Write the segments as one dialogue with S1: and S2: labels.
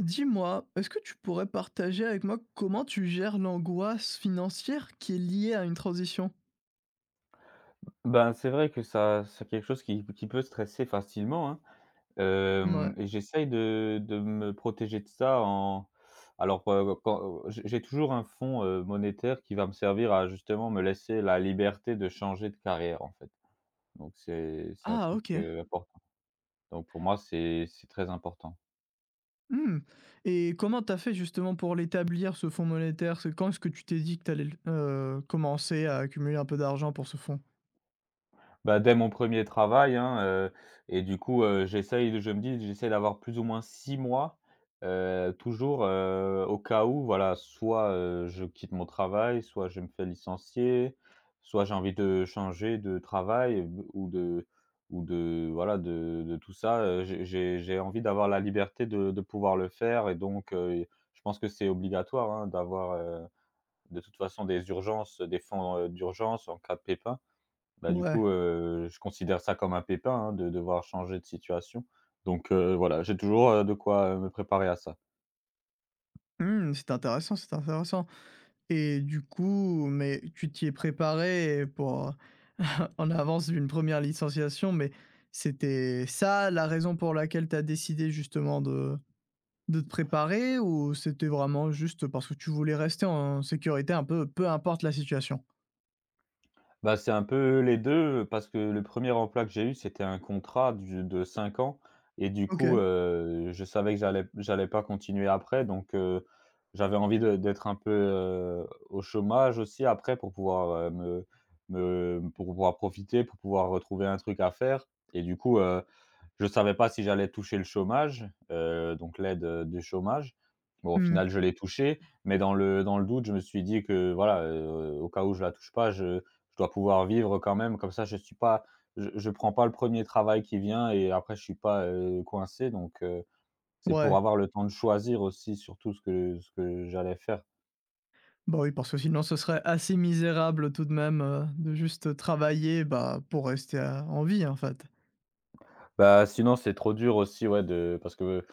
S1: Dis-moi, est-ce que tu pourrais partager avec moi comment tu gères l'angoisse financière qui est liée à une transition?
S2: Ben, c'est vrai que ça c'est quelque chose qui peut stresser facilement, hein. hem
S1: Mouais.
S2: Et j'essaye de me protéger de ça en alors, quand j'ai toujours un fonds, monétaire qui va me servir à justement me laisser la liberté de changer de carrière, en fait. Donc c'est un
S1: Ah
S2: truc,
S1: OK.
S2: important. Donc pour moi, c'est très important.
S1: Mmh, et comment t'as fait justement pour l'établir ce fonds monétaire? C'est quand est-ce que tu t'es dit que t'allais allais l commencer à accumuler un peu d'argent pour ce fonds?
S2: Bah, dès mon premier travail, hein, et du coup, j'essaye je me dis: «J'essaie d'avoir plus ou moins 6 mois», toujours, au cas où, voilà, soit, je quitte mon travail, soit je me fais licencier, soit j'ai envie de changer de travail b ou de voilà, de tout ça, j'ai envie d'avoir la liberté de pouvoir le faire. Et donc je pense que c'est obligatoire, hein, d'avoir, de toute façon des urgences, des fonds, d'urgence en cas de pépin. Bah, du
S1: Ouais.
S2: coup, je considère ça comme un pépin, hein, de devoir changer de situation. Donc voilà, j'ai toujours, de quoi, me préparer à ça.
S1: Mmh, c'est intéressant, c'est intéressant, et du coup mais tu t'y es préparé pour, en avance d'une première licenciation, mais c'était ça la raison pour laquelle tu as décidé justement de te préparer? Ou c'était vraiment juste parce que tu voulais rester en sécurité un peu, peu importe la situation?
S2: Bah, c'est un peu les deux, parce que le premier er emploi que j'ai eu, c'était un contrat du de 5 ans et du coup,
S1: OK.
S2: je savais que j'allais pas continuer après. Donc j'avais envie de d'être un peu, au chômage aussi après pour pouvoir, me me pour pouvoir profiter, pour pouvoir retrouver un truc à faire. Et du coup, je savais pas si j'allais toucher le chômage, donc l'aide, du chômage. Bon, au
S1: Mmh.
S2: final, je l'ai touché, mais dans le doute, je me suis dit que voilà, au cas où je la touche pas, je dois pouvoir vivre quand même, comme ça je suis pas, je prends pas le premier travail qui vient. Et après je suis pas, coincé, donc c'est pour
S1: Ouais.
S2: avoir le temps de choisir aussi surtout ce que j'allais faire.
S1: Bah, oui, parce que sinon ce serait assez misérable tout de même, de juste travailler, bah, pour rester à en vie, en fait.
S2: Bah, sinon c'est trop dur aussi, ouais, de parce que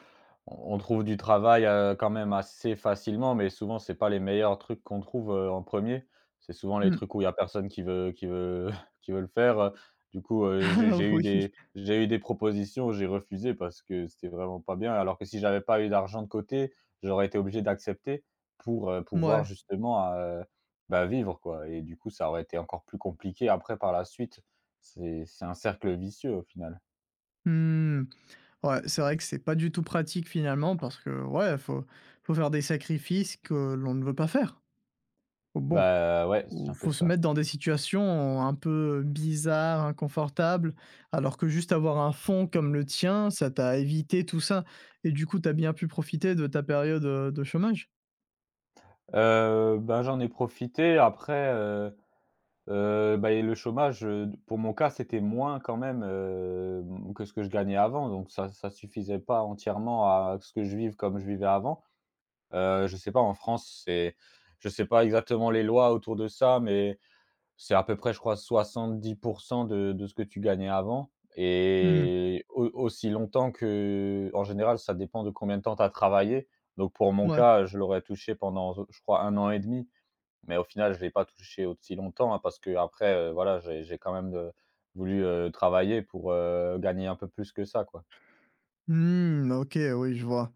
S2: on trouve du travail, quand même assez facilement, mais souvent c'est pas les meilleurs trucs qu'on trouve, en premier. C'est souvent les
S1: Mmh.
S2: trucs où il y a personne qui veut qui veut le faire. Du coup,
S1: Ah oui.
S2: j'ai eu des propositions, j'ai refusé parce que c'était vraiment pas bien. Alors que si j'avais pas eu d'argent de côté, j'aurais été obligé d'accepter pour, pouvoir
S1: Ouais.
S2: justement, bah, vivre quoi. Et du coup, ça aurait été encore plus compliqué après par la suite. C'est un cercle vicieux au final.
S1: Mmh. Ouais, c'est vrai que c'est pas du tout pratique finalement parce que, ouais, faut faire des sacrifices que l'on ne veut pas faire. Bon.
S2: Bah, ouais, c'est
S1: Ou
S2: un peu
S1: faut se
S2: ça.
S1: mettre dans des situations un peu bizarres, inconfortables, alors que juste avoir un fond comme le tien, ça t'a évité tout ça, et du coup, t'as bien pu profiter de ta période, de chômage?
S2: Bah, j'en ai profité après, bah. Et le chômage, pour mon cas, c'était moins quand même, que ce que je gagnais avant, donc ça suffisait pas entièrement à ce que je vive comme je vivais avant. Je sais pas, en France, c'est je sais pas exactement les lois autour de ça, mais c'est à peu près, je crois, 70 de ce que tu gagnais avant,
S1: Mmh,
S2: et au aussi longtemps que, en général, ça dépend de combien de temps tu as travaillé. Donc pour mon
S1: ouais.
S2: cas, je l'aurais touché pendant, je crois, un an et demi. Mais au final, je l'ai pas touché aussi longtemps, hein, parce qu'après, voilà, j'ai quand même, voulu, travailler pour, gagner un peu plus que ça, quoi.
S1: Mmh, OK, oui, je vois.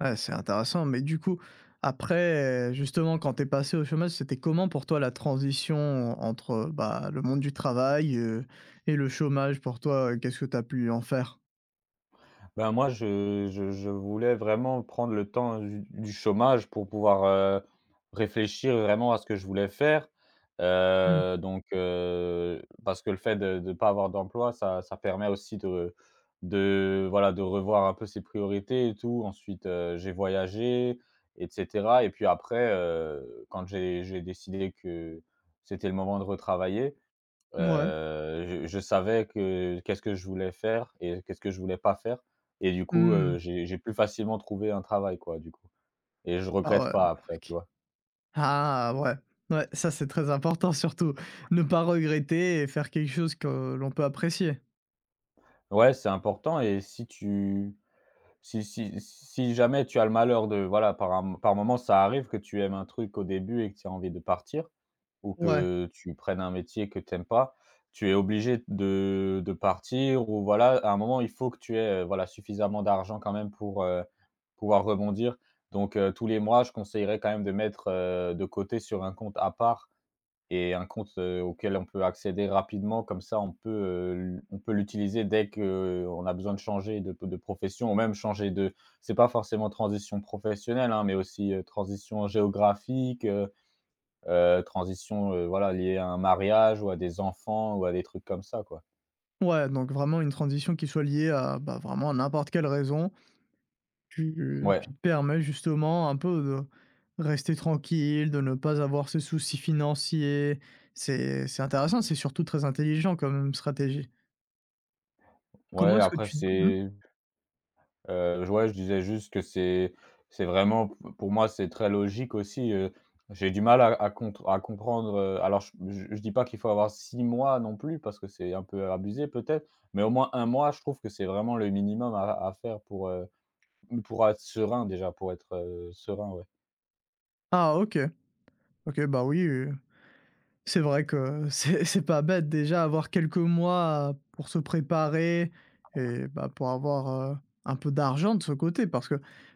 S1: Ouais, c'est intéressant, mais du coup, après, justement, quand t'es passé au chômage, c'était comment pour toi la transition entre, bah, le monde du travail, et le chômage pour toi? Qu'est-ce que t'as pu en faire?
S2: Ben, moi, je voulais vraiment prendre le temps du chômage pour pouvoir, réfléchir vraiment à ce que je voulais faire.
S1: Mmh,
S2: Donc parce que le fait de pas avoir d'emploi, ça permet aussi de voilà, de revoir un peu ses priorités et tout. Ensuite, j'ai voyagé et cetera, et puis après, quand j'ai décidé que c'était le moment de retravailler,
S1: mouais.
S2: Je savais que qu'est-ce que je voulais faire et qu'est-ce que je voulais pas faire. Et du coup,
S1: Mmh.
S2: j'ai plus facilement trouvé un travail, quoi, du coup, et je
S1: Ah
S2: regrette
S1: ouais,
S2: pas après, tu
S1: OK.
S2: vois?
S1: Ah ouais, ouais, ça c'est très important surtout. Ne pas regretter et faire quelque chose que l'on peut apprécier.
S2: Ouais, c'est important. Et si tu, si si jamais tu as le malheur de voilà, par moment, ça arrive que tu aimes un truc au début et que tu as envie de partir, ou
S1: Ouais,
S2: que tu prennes un métier que tu aimes pas, tu es obligé de partir, ou voilà, à un moment, il faut que tu aies, voilà, suffisamment d'argent quand même pour, pouvoir rebondir. Donc tous les mois, je conseillerais quand même de mettre, de côté sur un compte à part et un compte, auquel on peut accéder rapidement, comme ça on peut l'utiliser dès qu'on a besoin de changer de profession, ou même changer de c'est pas forcément transition professionnelle, hein, mais aussi, transition géographique, transition, voilà, liée à un mariage ou à des enfants ou à des trucs comme ça, quoi.
S1: ouais, donc vraiment une transition qui soit liée à, bah, vraiment à n'importe quelle raison. Tu
S2: Ouais,
S1: tu te permets justement un peu de rester tranquille, de ne pas avoir ce souci financier. C'est intéressant, c'est surtout très intelligent comme stratégie. Comment
S2: ouais,
S1: est-ce que
S2: après
S1: tu mmh?
S2: c'est ouais, je disais juste que c'est vraiment, p pour moi, c'est très logique aussi. J'ai du mal à comprendre, alors je dis pas qu'il faut avoir 6 mois non plus parce que c'est un peu abusé peut-être, mais au moins un mois, je trouve que c'est vraiment le minimum à faire pour être serein déjà, pour être, serein, ouais.
S1: Ah OK. OK, bah oui. C'est vrai que c'est c'est pas bête déjà avoir quelques mois pour se préparer et bah, pour avoir, heu, un peu d'argent de ce côté parce que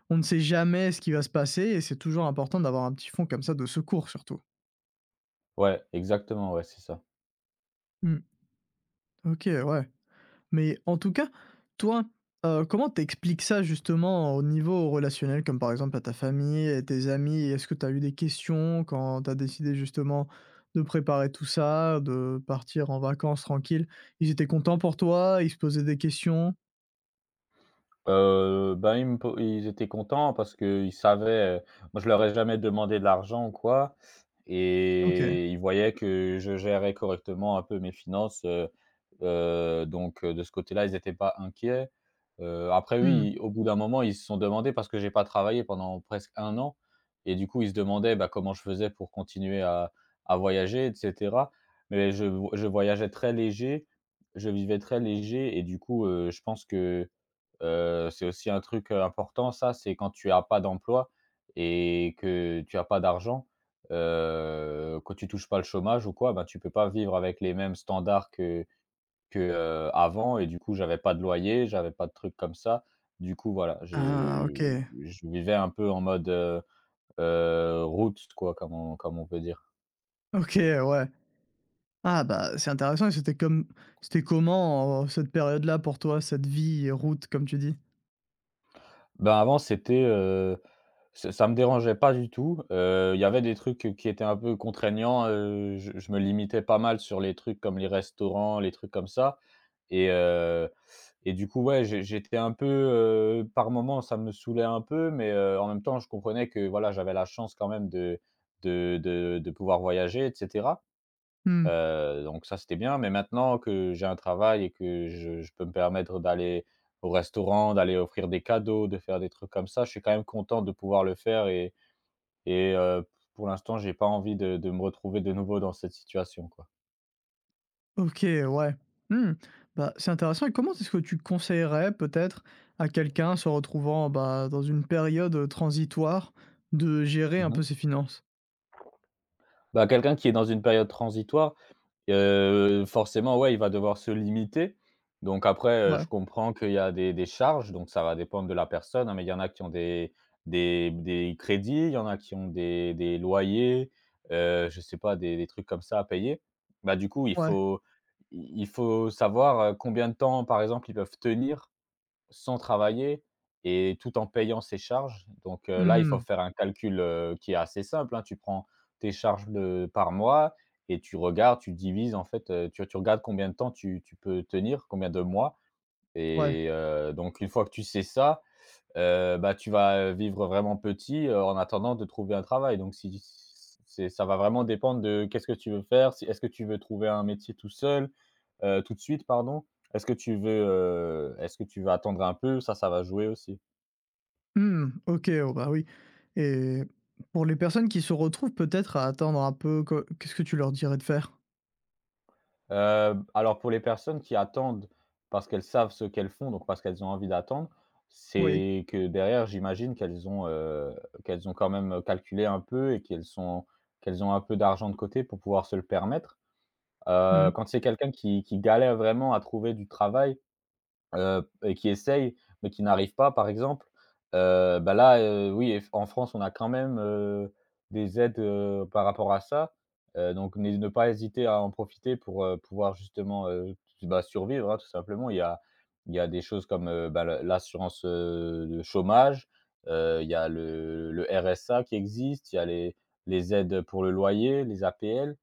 S1: on ne sait jamais ce qui va se passer et c'est toujours important d'avoir un petit fonds comme ça de secours surtout.
S2: Ouais, exactement, ouais, c'est ça.
S1: Mmh, OK, ouais. Mais en tout cas, toi, comment t'expliques ça justement au niveau relationnel? Comme par exemple à ta famille, à tes amis? Est-ce que t'as eu des questions quand t'as décidé justement de préparer tout ça, de partir en vacances tranquille? Ils étaient contents pour toi? Ils se posaient des questions?
S2: Bah, ils me po ils étaient contents parce qu'ils savaient, moi je leur ai jamais demandé de l'argent ou quoi,
S1: OK.
S2: et ils voyaient que je gérais correctement un peu mes finances, donc de ce côté-là, ils n'étaient pas inquiets. Après
S1: Mmh.
S2: oui, au bout d'un moment, ils se sont demandés, parce que j'ai pas travaillé pendant presque un an, et du coup, ils se demandaient, bah, comment je faisais pour continuer à voyager, et cetera. Mais je voyageais très léger, je vivais très léger, et du coup, je pense que, c'est aussi un truc, important ça, c'est quand tu as pas d'emploi et que tu as pas d'argent, quand tu touches pas le chômage ou quoi, ben tu peux pas vivre avec les mêmes standards que, avant, et du coup, j'avais pas de loyer, j'avais pas de trucs comme ça. Du coup, voilà,
S1: Ah OK.
S2: j'ai je vivais un peu en mode, roots quoi, comme on peut dire.
S1: OK, ouais. Ah bah, c'est intéressant, et c'était comment, cette période-là pour toi, cette vie, route comme tu dis?
S2: Ben, avant, c'était, ça me dérangeait pas du tout, il y avait des trucs qui étaient un peu contraignants, je, me limitais pas mal sur les trucs comme les restaurants, les trucs comme ça, et heu et du coup, ouais, j'étais un peu, par moments, ça me saoulait un peu, mais en même temps, je comprenais que, voilà, j'avais la chance quand même de pouvoir voyager, etc.
S1: Mmh.
S2: Donc ça, c'était bien, mais maintenant que j'ai un travail et que je peux me permettre d'aller au restaurant, d'aller offrir des cadeaux, de faire des trucs comme ça, je suis quand même content de pouvoir le faire. Et pour l'instant, j'ai pas envie de me retrouver de nouveau dans cette situation, quoi.
S1: OK, ouais. Mmh. Bah, c'est intéressant, et comment est-ce que tu conseillerais peut-être à quelqu'un se retrouvant, bah, dans une période, transitoire, de gérer un peu
S2: Mmh.
S1: ses finances?
S2: Bah, quelqu'un qui est dans une période transitoire, forcément, ouais, il va devoir se limiter. Donc après, je
S1: Ouais,
S2: comprends qu'il y a des charges, donc ça va dépendre de la personne, hein, mais il y en a qui ont des crédits, il y en a qui ont des loyers, je sais pas, des trucs comme ça à payer. Bah, du coup,
S1: ouais.
S2: il faut savoir, combien de temps, par exemple, ils peuvent tenir sans travailler, et tout en payant ses charges. Donc, là, il faut
S1: Mmh,
S2: faire un calcul, qui est assez simple, hein. Tu prends tes charges de par mois et tu regardes, tu divises en fait, tu regardes combien de temps tu peux tenir, combien de mois.
S1: ouais.
S2: Et donc une fois que tu sais ça, bah, tu vas, vivre vraiment petit, en attendant de trouver un travail. Donc si c'est ça va vraiment dépendre de: qu'est-ce que tu veux faire? Si Est-ce que tu veux trouver un métier tout seul, tout de suite, pardon? Est-ce que tu veux, est-ce que tu veux attendre un peu? Ça va jouer aussi.
S1: Mmh, OK, oh, bah, oui, et pour les personnes qui se retrouvent peut-être à attendre un peu, que qu'est-ce que tu leur dirais de faire?
S2: Alors pour les personnes qui attendent parce qu'elles savent ce qu'elles font, donc parce qu'elles ont envie d'attendre,
S1: Oui.
S2: c'est que derrière, j'imagine qu'elles ont, quand même calculé un peu, et qu'elles sont, qu'elles ont un peu d'argent de côté pour pouvoir se le permettre.
S1: Mmh.
S2: Quand c'est quelqu'un qui galère vraiment à trouver du travail, et qui essaye, mais qui n'arrive pas par exemple, oui eff en France on a quand même, des aides, par rapport à ça, donc n'hé ne pas hésiter à en profiter pour, pouvoir justement, survivre, hein, tout simplement. Il y a des choses comme, le l'assurance, de chômage, il y a le RSA qui existe, il y a les aides pour le loyer, les APL.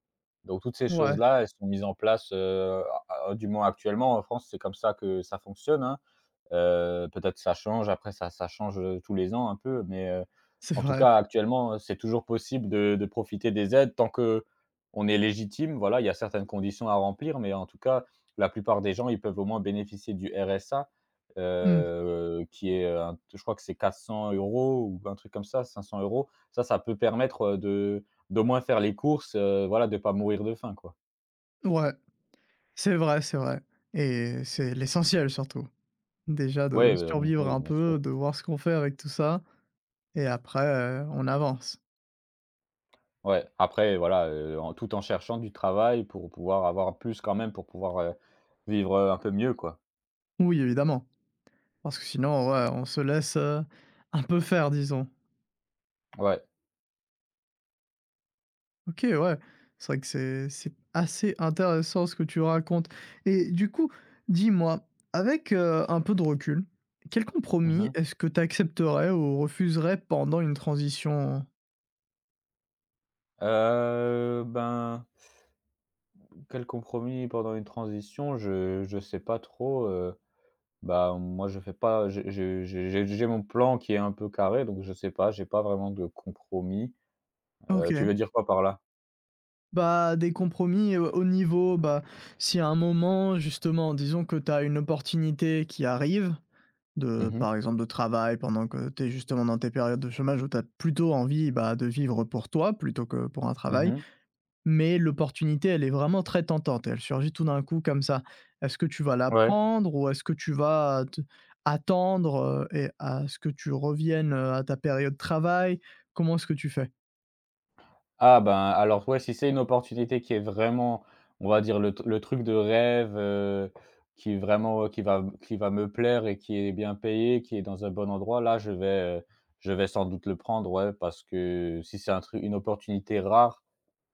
S2: Donc toutes ces
S1: Ouais,
S2: choses-là, elles sont mises en place, a a du moins actuellement en France, c'est comme ça que ça fonctionne, hein. Peut-être ça change, après ça change, tous les ans un peu, mais,
S1: c'est
S2: en tout
S1: vrai.
S2: cas actuellement, c'est toujours possible de profiter des aides tant que on est légitime. Voilà, il y a certaines conditions à remplir, mais en tout cas, la plupart des gens, ils peuvent au moins bénéficier du RSA,
S1: Mmh.
S2: qui est, un je crois que c'est 400 euros ou un truc comme ça, 500 euros. Ça, ça peut permettre, de d'au moins faire les courses, voilà, de pas mourir de faim, quoi.
S1: Ouais, c'est vrai, c'est vrai, et c'est l'essentiel surtout. Déjà de
S2: Ouais,
S1: survivre
S2: oui,
S1: un
S2: bien sûr.
S1: peu, de voir ce qu'on fait avec tout ça. Et après, on avance.
S2: Ouais, après voilà, en cherchant du travail pour pouvoir avoir plus quand même pour pouvoir, vivre, un peu mieux quoi.
S1: Oui, évidemment, parce que sinon, ouais, on se laisse, un peu faire, disons.
S2: Ouais.
S1: OK, ouais, c'est vrai que c'est assez intéressant ce que tu racontes, et du coup, dis-moi, avec, un peu de recul, quel
S2: Mmh
S1: compromis
S2: mh.
S1: est-ce que tu accepterais ou refuserais pendant une transition?
S2: Ben, quel compromis pendant une transition? Je sais pas trop, moi je fais pas je je j'ai mon plan qui est un peu carré donc je sais pas, j'ai pas vraiment de compromis. Tu
S1: OK.
S2: veux dire quoi par là?
S1: Bah, des compromis, au niveau, bah, si à un moment, justement, disons que tu as une opportunité qui arrive,
S2: Mhm.
S1: de par
S2: Mhm.
S1: exemple, de travail pendant que tu es justement dans tes périodes de chômage où tu as plutôt envie, bah, de vivre pour toi plutôt que pour un travail. Mais l'opportunité, elle est vraiment très tentante et elle surgit tout d'un coup comme ça. Est-ce que tu vas la
S2: Ouais.
S1: prendre, ou est-ce que tu vas te attendre, et à ce que tu reviennes, à ta période de travail? Comment est-ce que tu fais?
S2: Ah ben, alors ouais, si c'est une opportunité qui est vraiment, on va dire le truc de rêve, qui est vraiment, qui va me plaire et qui est bien payé, qui est dans un bon endroit, là je vais sans doute le prendre, ouais, parce que si c'est un truc une opportunité rare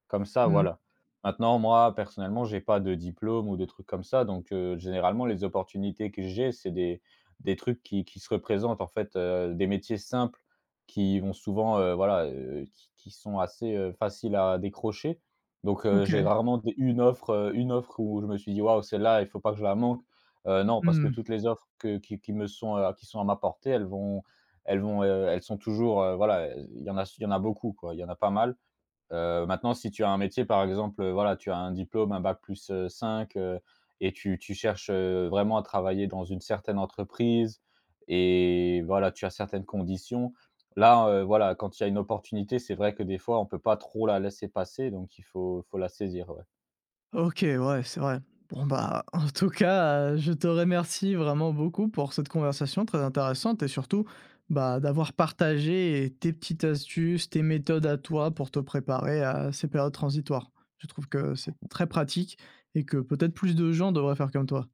S2: comme ça,
S1: Mmh.
S2: voilà. Maintenant, moi, personnellement, j'ai pas de diplôme ou de trucs comme ça, donc généralement, les opportunités que j'ai, c'est des trucs qui se représentent, en fait, des métiers simples qui vont souvent, voilà, qui sont assez, faciles à décrocher. Donc
S1: OK.
S2: j'ai rarement des une offre où je me suis dit: «Waouh, celle-là, il faut pas que je la manque». Non, parce que
S1: Mmh.
S2: toutes les offres que qui me sont, qui sont à ma portée, elles vont, elles sont toujours, voilà, il y en a beaucoup, quoi. Il y en a pas mal. Maintenant, si tu as un métier, par exemple, voilà, tu as un diplôme, un bac plus, 5, et tu cherches, vraiment à travailler dans une certaine entreprise et voilà, tu as certaines conditions. Là, voilà, quand il y a une opportunité, c'est vrai que des fois, on peut pas trop la laisser passer, donc il faut la saisir, ouais.
S1: OK, ouais, c'est vrai. Bon, bah, en tout cas, je te remercie vraiment beaucoup pour cette conversation très intéressante, et surtout, bah, d'avoir partagé, tes petites astuces, tes méthodes à toi pour te préparer à ces périodes transitoires. Je trouve que c'est très pratique et que peut-être plus de gens devraient faire comme toi.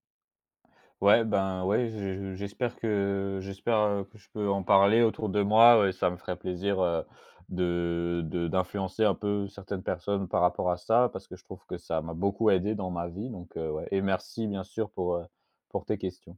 S2: Ouais, ben, ouais, je j'espère, que je peux en parler autour de moi, ouais, ça me ferait plaisir, de d'influencer un peu certaines personnes par rapport à ça, parce que je trouve que ça m'a beaucoup aidé dans ma vie donc ouais et merci bien sûr pour tes questions.